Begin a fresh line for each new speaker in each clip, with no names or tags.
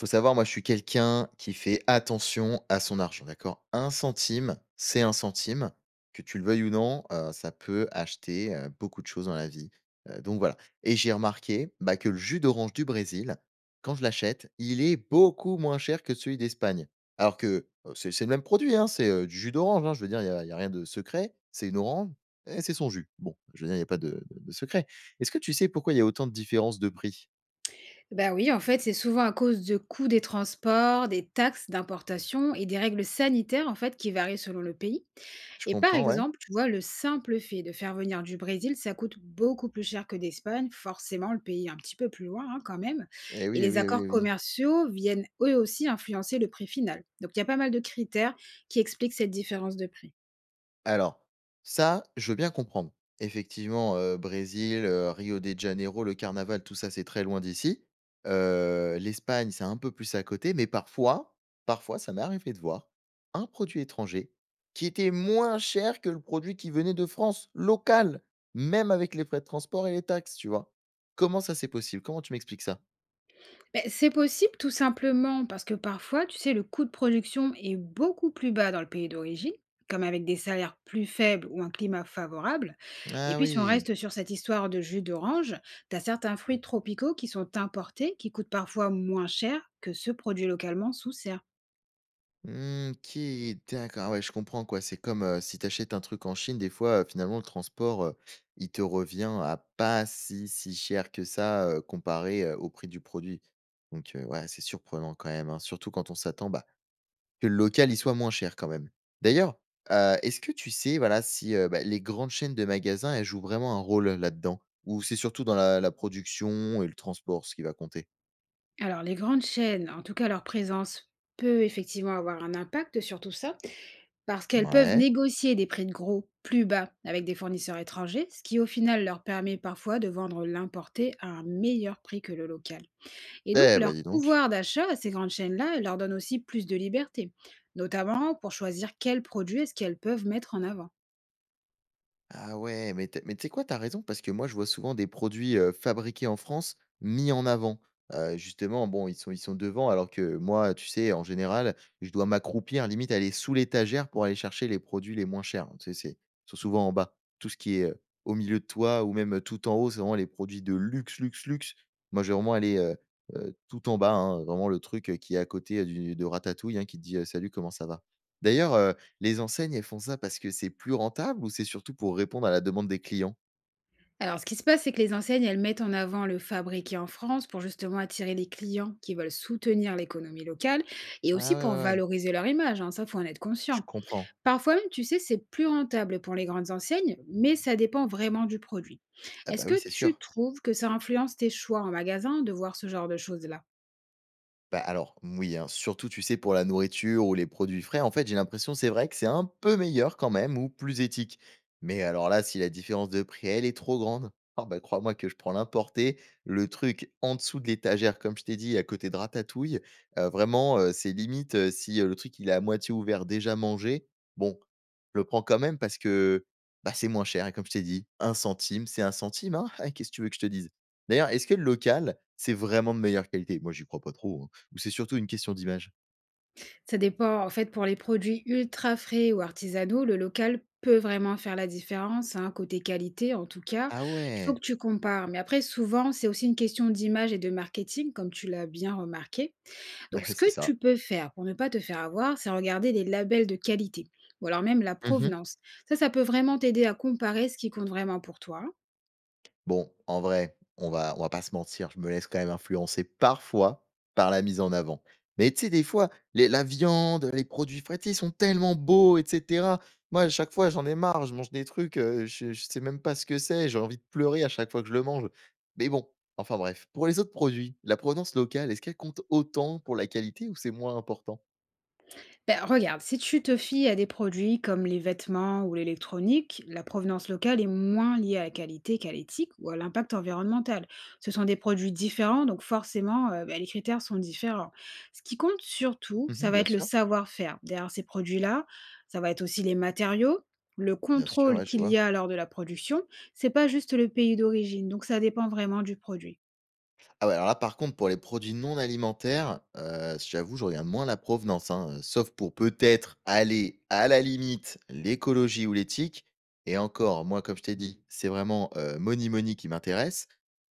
Faut savoir, moi, je suis quelqu'un qui fait attention à son argent, d'accord? Un centime, c'est un centime. Que tu le veuilles ou non, ça peut acheter, beaucoup de choses dans la vie, donc voilà et j'ai remarqué, bah, que le jus d'orange du Brésil, quand je l'achète, il est beaucoup moins cher que celui d'Espagne. Alors que, c'est le même produit, hein, c'est, du jus d'orange, hein, je veux dire, il y a rien de secret. C'est une orange et c'est son jus. Bon, je veux dire, il n'y a pas de secret. Est-ce que tu sais pourquoi il y a autant de différences de prix?
Bah oui, en fait, c'est souvent à cause de coûts des transports, des taxes d'importation et des règles sanitaires en fait qui varient selon le pays.
Je
Et par
comprends, ouais.
exemple, tu vois, le simple fait de faire venir du Brésil, ça coûte beaucoup plus cher que d'Espagne, forcément le pays est un petit peu plus loin hein, quand même.
Eh
Et
oui, eh
les
oui, eh oui, eh
accords
oui.
commerciaux viennent eux aussi influencer le prix final. Donc il y a pas mal de critères qui expliquent cette différence de prix.
Alors, ça, je veux bien comprendre. Effectivement, Brésil, Rio de Janeiro, le carnaval, tout ça, c'est très loin d'ici. L'Espagne, c'est un peu plus à côté, mais parfois, ça m'est arrivé de voir un produit étranger qui était moins cher que le produit qui venait de France, local, même avec les frais de transport et les taxes, tu vois? Comment ça, c'est possible? Comment tu m'expliques ça?
Beh, c'est possible tout simplement parce que parfois, tu sais, le coût de production est beaucoup plus bas dans le pays d'origine, comme avec des salaires plus faibles ou un climat favorable. Et
Ah
puis, si on
oui!
reste sur cette histoire de jus d'orange, tu as certains fruits tropicaux qui sont importés, qui coûtent parfois moins cher que ceux produits localement sous serre.
Mmh, OK, d'accord. Ah ouais, je comprends quoi. C'est comme, si tu achètes un truc en Chine, des fois, finalement, le transport, il te revient à pas si cher que ça, comparé, au prix du produit. Donc, ouais, c'est surprenant quand même, hein, surtout quand on s'attend, bah, que le local, il soit moins cher quand même. D'ailleurs, est-ce que tu sais, voilà, si, bah, les grandes chaînes de magasins, elles jouent vraiment un rôle là-dedans? Ou c'est surtout dans la production et le transport, ce qui va compter?
Alors, les grandes chaînes, en tout cas leur présence, peut effectivement avoir un impact sur tout ça, parce qu'elles peuvent
Ouais.
négocier des prix de gros plus bas avec des fournisseurs étrangers, ce qui au final leur permet parfois de vendre l'importé à un meilleur prix que le local. Et donc
Eh bah,
leur
dis donc.
pouvoir d'achat à ces grandes chaînes-là leur donne aussi plus de liberté, notamment pour choisir quels produits est-ce qu'elles peuvent mettre en avant.
Ah ouais, mais tu sais quoi? T'as raison, parce que moi, je vois souvent des produits, fabriqués en France, mis en avant. Justement, bon, ils sont devant, alors que moi, tu sais, en général, je dois m'accroupir, limite aller sous l'étagère pour aller chercher les produits les moins chers. Tu sais, c'est ils sont souvent en bas. Tout ce qui est, au milieu de toi ou même, tout en haut, c'est vraiment les produits de luxe, luxe, luxe. Moi, je vais vraiment aller, tout en bas, hein, vraiment le truc, qui est à côté, du de Ratatouille, hein, qui te dit, «Salut, comment ça va?» D'ailleurs, les enseignes, elles font ça parce que c'est plus rentable ou c'est surtout pour répondre à la demande des clients?
Alors, ce qui se passe, c'est que les enseignes, elles mettent en avant le fabriqué en France pour justement attirer les clients qui veulent soutenir l'économie locale et
Ah
aussi
ouais,
pour
ouais, ouais,
valoriser leur image, hein, ça, faut en être
je
conscient.
comprends.
Parfois même, tu sais, c'est plus rentable pour les grandes enseignes, mais ça dépend vraiment du produit.
Ah bah
Est-ce
oui,
que
c'est
tu
sûr.
trouves que ça influence tes choix en magasin de voir ce genre de choses-là?
Bah, alors, mmh, oui, hein, surtout, tu sais, pour la nourriture ou les produits frais, en fait, j'ai l'impression, c'est vrai que c'est un peu meilleur quand même ou plus éthique. Mais alors là, si la différence de prix, elle est trop grande, ah bah, crois-moi que je prends l'importé, le truc en dessous de l'étagère, comme je t'ai dit, à côté de Ratatouille. Vraiment, c'est limite si le truc, il est à moitié ouvert, déjà mangé. Bon, je le prends quand même parce que bah, c'est moins cher. Et comme je t'ai dit, un centime, c'est un centime. Hein. Qu'est-ce que tu veux que je te dise? D'ailleurs, est-ce que le local, c'est vraiment de meilleure qualité? Moi, j'y crois pas trop, hein. Ou c'est surtout une question d'image?
Ça dépend, en fait, pour les produits ultra frais ou artisanaux, le local peut vraiment faire la différence, hein, côté qualité en tout cas.
Ah
Il faut
ouais!
que tu compares, mais après, souvent, c'est aussi une question d'image et de marketing, comme tu l'as bien remarqué.
Bah,
Donc, ce que
c'est ça.
tu peux faire pour ne pas te faire avoir, c'est regarder les labels de qualité ou alors même la
Mmh.
provenance. Ça peut vraiment t'aider à comparer ce qui compte vraiment pour toi.
Bon, en vrai, on va pas se mentir, je me laisse quand même influencer parfois par la mise en avant. Mais tu sais, des fois, les la viande, les produits frais, tu sais, ils sont tellement beaux et cetera. Moi, à chaque fois, j'en ai marre, je mange des trucs, je sais même pas ce que c'est, j'ai envie de pleurer à chaque fois que je le mange. Mais bon, enfin bref. Pour les autres produits, la provenance locale, est-ce qu'elle compte autant pour la qualité ou c'est moins important?
Ben, regarde, si tu te fies à des produits comme les vêtements ou l'électronique, la provenance locale est moins liée à la qualité qu'à l'éthique ou à l'impact environnemental. Ce sont des produits différents, donc forcément, ben, les critères sont différents. Ce qui compte surtout,
Mmh,
ça va
bien
être le
sûr.
savoir-faire. Derrière ces produits-là, ça va être aussi les matériaux, le
Bien sûr,
contrôle
ouais, je
qu'il y
vois.
a lors de la production. C'est pas juste le pays d'origine, donc ça dépend vraiment du produit.
Ah ouais, alors là, par contre, pour les produits non alimentaires, j'avoue, je regarde moins la provenance, hein, sauf pour peut-être aller, à la limite, l'écologie ou l'éthique et encore, moi, comme je t'ai dit, c'est vraiment, money money qui m'intéresse.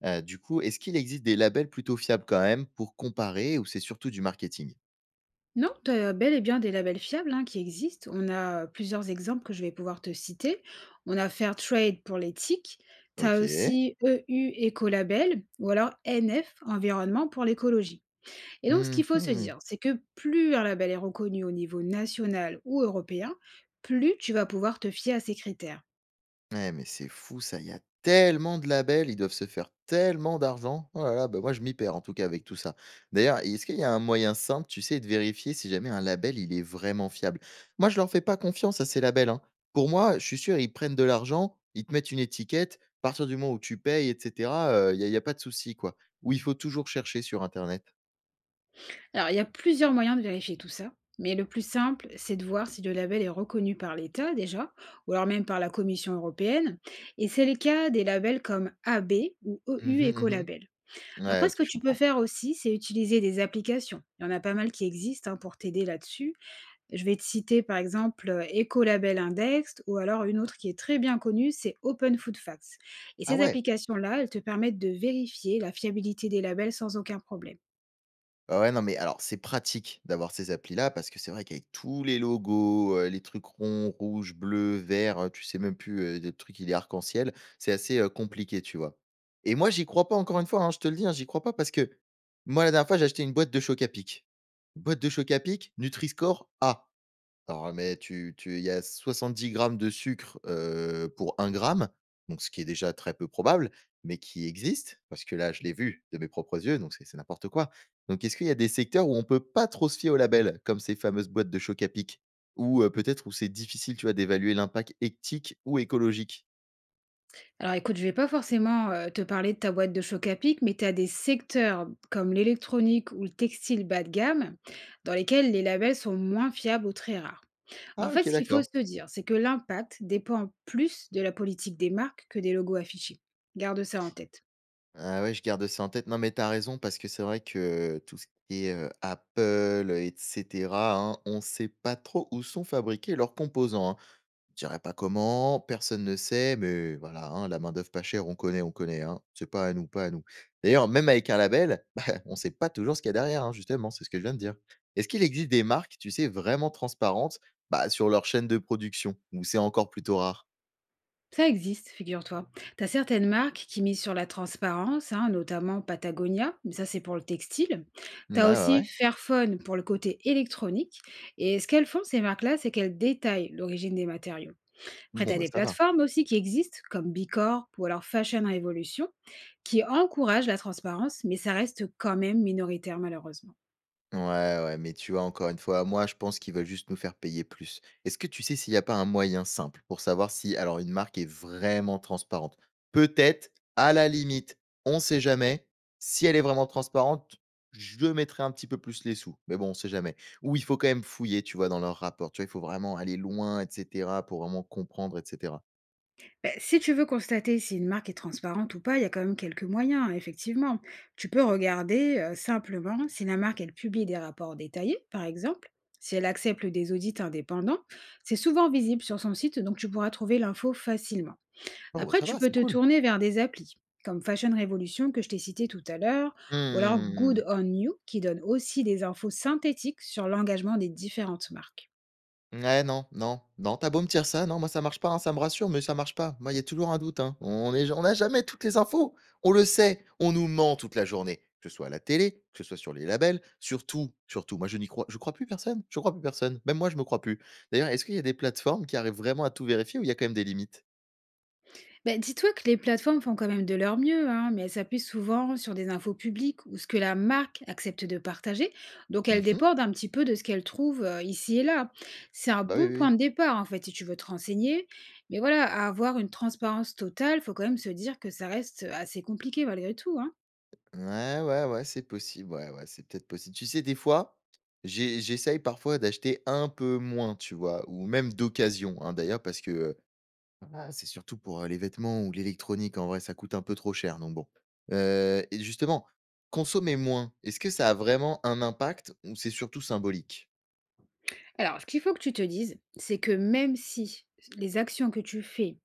Du coup, est-ce qu'il existe des labels plutôt fiables quand même pour comparer ou c'est surtout du marketing?
Non, tu as bel et bien des labels fiables, hein, qui existent. On a plusieurs exemples que je vais pouvoir te citer. On a Fairtrade pour l'éthique. Tu as
OK.
aussi EU Écolabel ou alors NF Environnement pour l'écologie. Et donc, ce qu'il faut se
Mmh.
dire, c'est que plus un label est reconnu au niveau national ou européen, plus tu vas pouvoir te fier à ces critères.
Ouais, mais c'est fou ça, il y a tellement de labels, ils doivent se faire tellement d'argent. Oh là là, bah, moi je m'y perds en tout cas avec tout ça. D'ailleurs, est-ce qu'il y a un moyen simple, tu sais, de vérifier si jamais un label, il est vraiment fiable? Moi, je leur fais pas confiance à ces labels, hein. Pour moi, je suis sûr, ils prennent de l'argent, ils te mettent une étiquette, à partir du moment où tu payes, et cetera, il y a pas de souci, quoi. Ou il faut toujours chercher sur internet?
Alors, il y a plusieurs moyens de vérifier tout ça, mais le plus simple, c'est de voir si le label est reconnu par l'État déjà, ou alors même par la Commission européenne. Et c'est le cas des labels comme AB ou
Mmh
EU
mh, mmh.
Ecolabel.
Ouais,
Après,
OK,
ce que
je
tu peux
comprends.
faire aussi, c'est utiliser des applications. Il y en a pas mal qui existent, hein, pour t'aider là-dessus. Je vais te citer par exemple Ecolabel Index, ou alors une autre qui est très bien connue, c'est Open Food Facts. Et
Ah
ces
ouais!
applications-là, elles te permettent de vérifier la fiabilité des labels sans aucun problème.
Ah ouais, non, mais alors, c'est pratique d'avoir ces applis-là parce que c'est vrai qu'avec tous les logos, les trucs ronds, rouges, bleus, verts, tu sais même plus, le truc, il est arc-en-ciel, c'est assez, compliqué, tu vois? Et moi, j'y crois pas encore une fois, hein, je te le dis, hein, j'y crois pas parce que moi, la dernière fois, j'ai acheté une boîte de Chocapic. Boîte de Chocapic, Nutri-Score A. Alors, mais tu il y a 70 grammes de sucre, pour 1 gramme, donc ce qui est déjà très peu probable, mais qui existe, parce que là, je l'ai vu de mes propres yeux, donc c'est n'importe quoi. Donc est-ce qu'il y a des secteurs où on peut pas trop se fier au label comme ces fameuses boîtes de choc à pic? Ou, peut-être où c'est difficile, tu vois, d'évaluer l'impact éthique ou écologique?
Alors écoute, je vais pas forcément, te parler de ta boîte de choc à pic, mais tu as des secteurs comme l'électronique ou le textile bas de gamme, dans lesquels les labels sont moins fiables ou très rares. En
Ah
fait,
OK,
ce qu'il faut
d'accord.
se dire, c'est que l'impact dépend plus de la politique des marques que des logos affichés. Garde ça en tête.
Ah ouais, je garde ça en tête. Non, mais t'as raison parce que c'est vrai que tout ce qui est, Apple, et cetera, hein, on sait pas trop où sont fabriqués leurs composants, hein. Je dirais pas comment, personne ne sait, mais voilà, hein, la main-d'œuvre pas chère, on connaît, hein. C'est pas à nous, pas à nous. D'ailleurs, même avec un label, bah, on sait pas toujours ce qu'il y a derrière, hein, justement, c'est ce que je viens de dire. Est-ce qu'il existe des marques, tu sais, vraiment transparentes, bah, sur leur chaîne de production, ou c'est encore plutôt rare?
Ça existe, figure-toi. Tu as certaines marques qui misent sur la transparence, hein, notamment Patagonia, mais ça c'est pour le textile.
Ouais,
Tu as
ouais,
aussi
ouais.
Fairphone pour le côté électronique. Et ce qu'elles font, ces marques-là, c'est qu'elles détaillent l'origine des matériaux. Après, tu
Bon,
as
bah,
des
ça va.
plateformes aussi qui existent, comme Bicorp ou alors Fashion Revolution, qui encouragent la transparence, mais ça reste quand même minoritaire malheureusement.
Ouais, ouais, mais tu vois, encore une fois, moi, je pense qu'ils veulent juste nous faire payer plus. Est-ce que tu sais s'il n'y a pas un moyen simple pour savoir si, alors, une marque est vraiment transparente? Peut-être, à la limite, on sait jamais. Si elle est vraiment transparente, je mettrai un petit peu plus les sous. Mais bon, on sait jamais. Ou il faut quand même fouiller, tu vois, dans leur rapport. Tu vois, il faut vraiment aller loin, etc., pour vraiment comprendre, etc.
Beh, si tu veux constater si une marque est transparente ou pas, il y a quand même quelques moyens, effectivement. Tu peux regarder simplement si la marque, elle publie des rapports détaillés, par exemple, si elle accepte des audits indépendants. C'est souvent visible sur son site, donc tu pourras trouver l'info facilement.
Oh, bah,
Après,
ça
tu
va,
peux
c'est
te
cool.
tourner vers des applis, comme Fashion Revolution que je t'ai cité tout à l'heure, ou alors
Hmm.
Good On You, qui donne aussi des infos synthétiques sur l'engagement des différentes marques.
Ouais, non, non, non, tu as beau me dire ça, non, moi ça marche pas, hein, ça me rassure, mais ça marche pas. Moi, il y a toujours un doute, hein. On n'a jamais toutes les infos. On le sait, on nous ment toute la journée, que ce soit à la télé, que ce soit sur les labels, surtout, surtout. Moi, je crois plus personne, je crois plus personne. Même moi, je me crois plus. D'ailleurs, est-ce qu'il y a des plateformes qui arrivent vraiment à tout vérifier ou il y a quand même des limites?
Bah, dis-toi que les plateformes font quand même de leur mieux, hein, mais elles s'appuient souvent sur des infos publiques ou ce que la marque accepte de partager. Donc elles
Mmh.
dépendent un petit peu de ce qu'elles trouvent ici et là. C'est un
Bah, oui,
bon
oui,
point
oui.
de départ, en fait, si tu veux te renseigner. Mais voilà, à avoir une transparence totale, faut quand même se dire que ça reste assez compliqué malgré tout, hein.
Ouais, ouais, ouais, c'est possible, ouais, ouais, c'est peut-être possible. Tu sais, des fois, j'essaye parfois d'acheter un peu moins, tu vois? Ou même d'occasion, hein, d'ailleurs, parce que, Ah, c'est surtout pour, les vêtements ou l'électronique, en vrai, ça coûte un peu trop cher, donc bon. Et justement, consommer moins, est-ce que ça a vraiment un impact ou c'est surtout symbolique?
Alors, ce qu'il faut que tu te dises, c'est que même si les actions que tu fais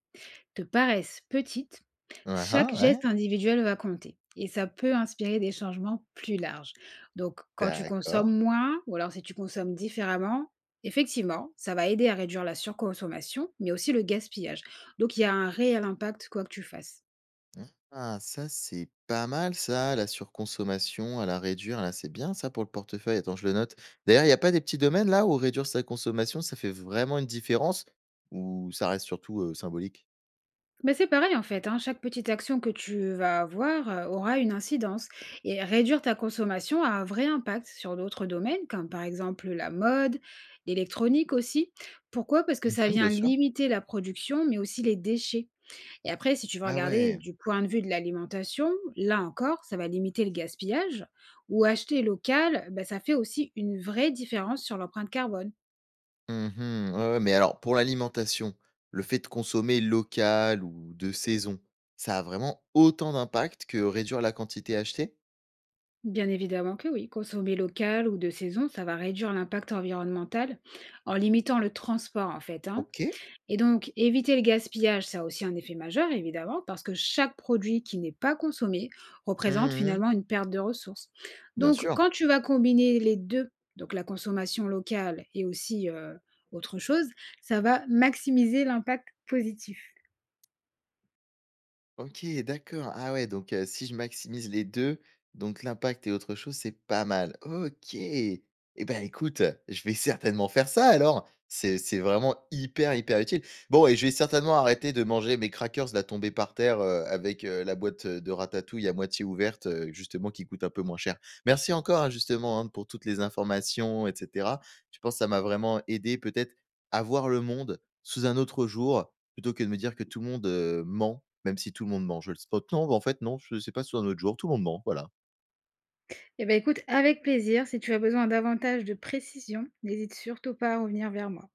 te paraissent petites,
Hein, hein,
chaque geste
ouais,
individuel va compter et ça peut inspirer des changements plus larges. Donc, quand tu
d'accord.
consommes moins ou alors si tu consommes différemment, effectivement, ça va aider à réduire la surconsommation, mais aussi le gaspillage. Donc, il y a un réel impact quoi que tu fasses.
Ah, ça, c'est pas mal ça, la surconsommation, à la réduire, là, c'est bien ça pour le portefeuille. Attends, je le note. D'ailleurs, il n'y a pas des petits domaines là où réduire sa consommation, ça fait vraiment une différence ou ça reste surtout, symbolique?
Mais c'est pareil en fait, hein, chaque petite action que tu vas avoir aura une incidence. Et réduire ta consommation a un vrai impact sur d'autres domaines, comme par exemple la mode, l'électronique aussi. Pourquoi? Parce que ça
Mmh, bien
vient
sûr.
limiter la production, mais aussi les déchets. Et après, si tu veux
Ah
regarder
ouais.
du point de vue de l'alimentation, là encore, ça va limiter le gaspillage. Ou acheter local, bah, ça fait aussi une vraie différence sur l'empreinte carbone.
Mmh. Ouais, ouais, mais alors pour l'alimentation, le fait de consommer local ou de saison, ça a vraiment autant d'impact que réduire la quantité achetée?
Bien évidemment que oui, consommer local ou de saison, ça va réduire l'impact environnemental en limitant le transport en fait, hein.
OK.
Et donc, éviter le gaspillage, ça a aussi un effet majeur évidemment, parce que chaque produit qui n'est pas consommé représente
Mmh.
finalement une perte de ressources.
Bien
Donc,
sûr.
quand tu vas combiner les deux, donc la consommation locale et aussi autre chose, ça va maximiser l'impact positif.
OK, d'accord. Ah ouais, donc si je maximise les 2, donc l'impact et autre chose, c'est pas mal. OK. Et ben écoute, je vais certainement faire ça alors. C'est vraiment hyper, hyper utile. Bon et je vais certainement arrêter de manger mes crackers là tombés par terre, avec, la boîte, de ratatouille à moitié ouverte, justement qui coûte un peu moins cher. Merci encore, hein, justement, hein, pour toutes les informations et cetera. Je pense que ça m'a vraiment aidé peut-être à voir le monde sous un autre jour. Plutôt que de me dire que tout le monde, ment, même si tout le monde ment. Je le spot non, bah, en fait, non, je sais pas, sur un autre jour, tout le monde ment, voilà.
Eh bien écoute, avec plaisir, si tu as besoin davantage de précision, n'hésite surtout pas à revenir vers moi.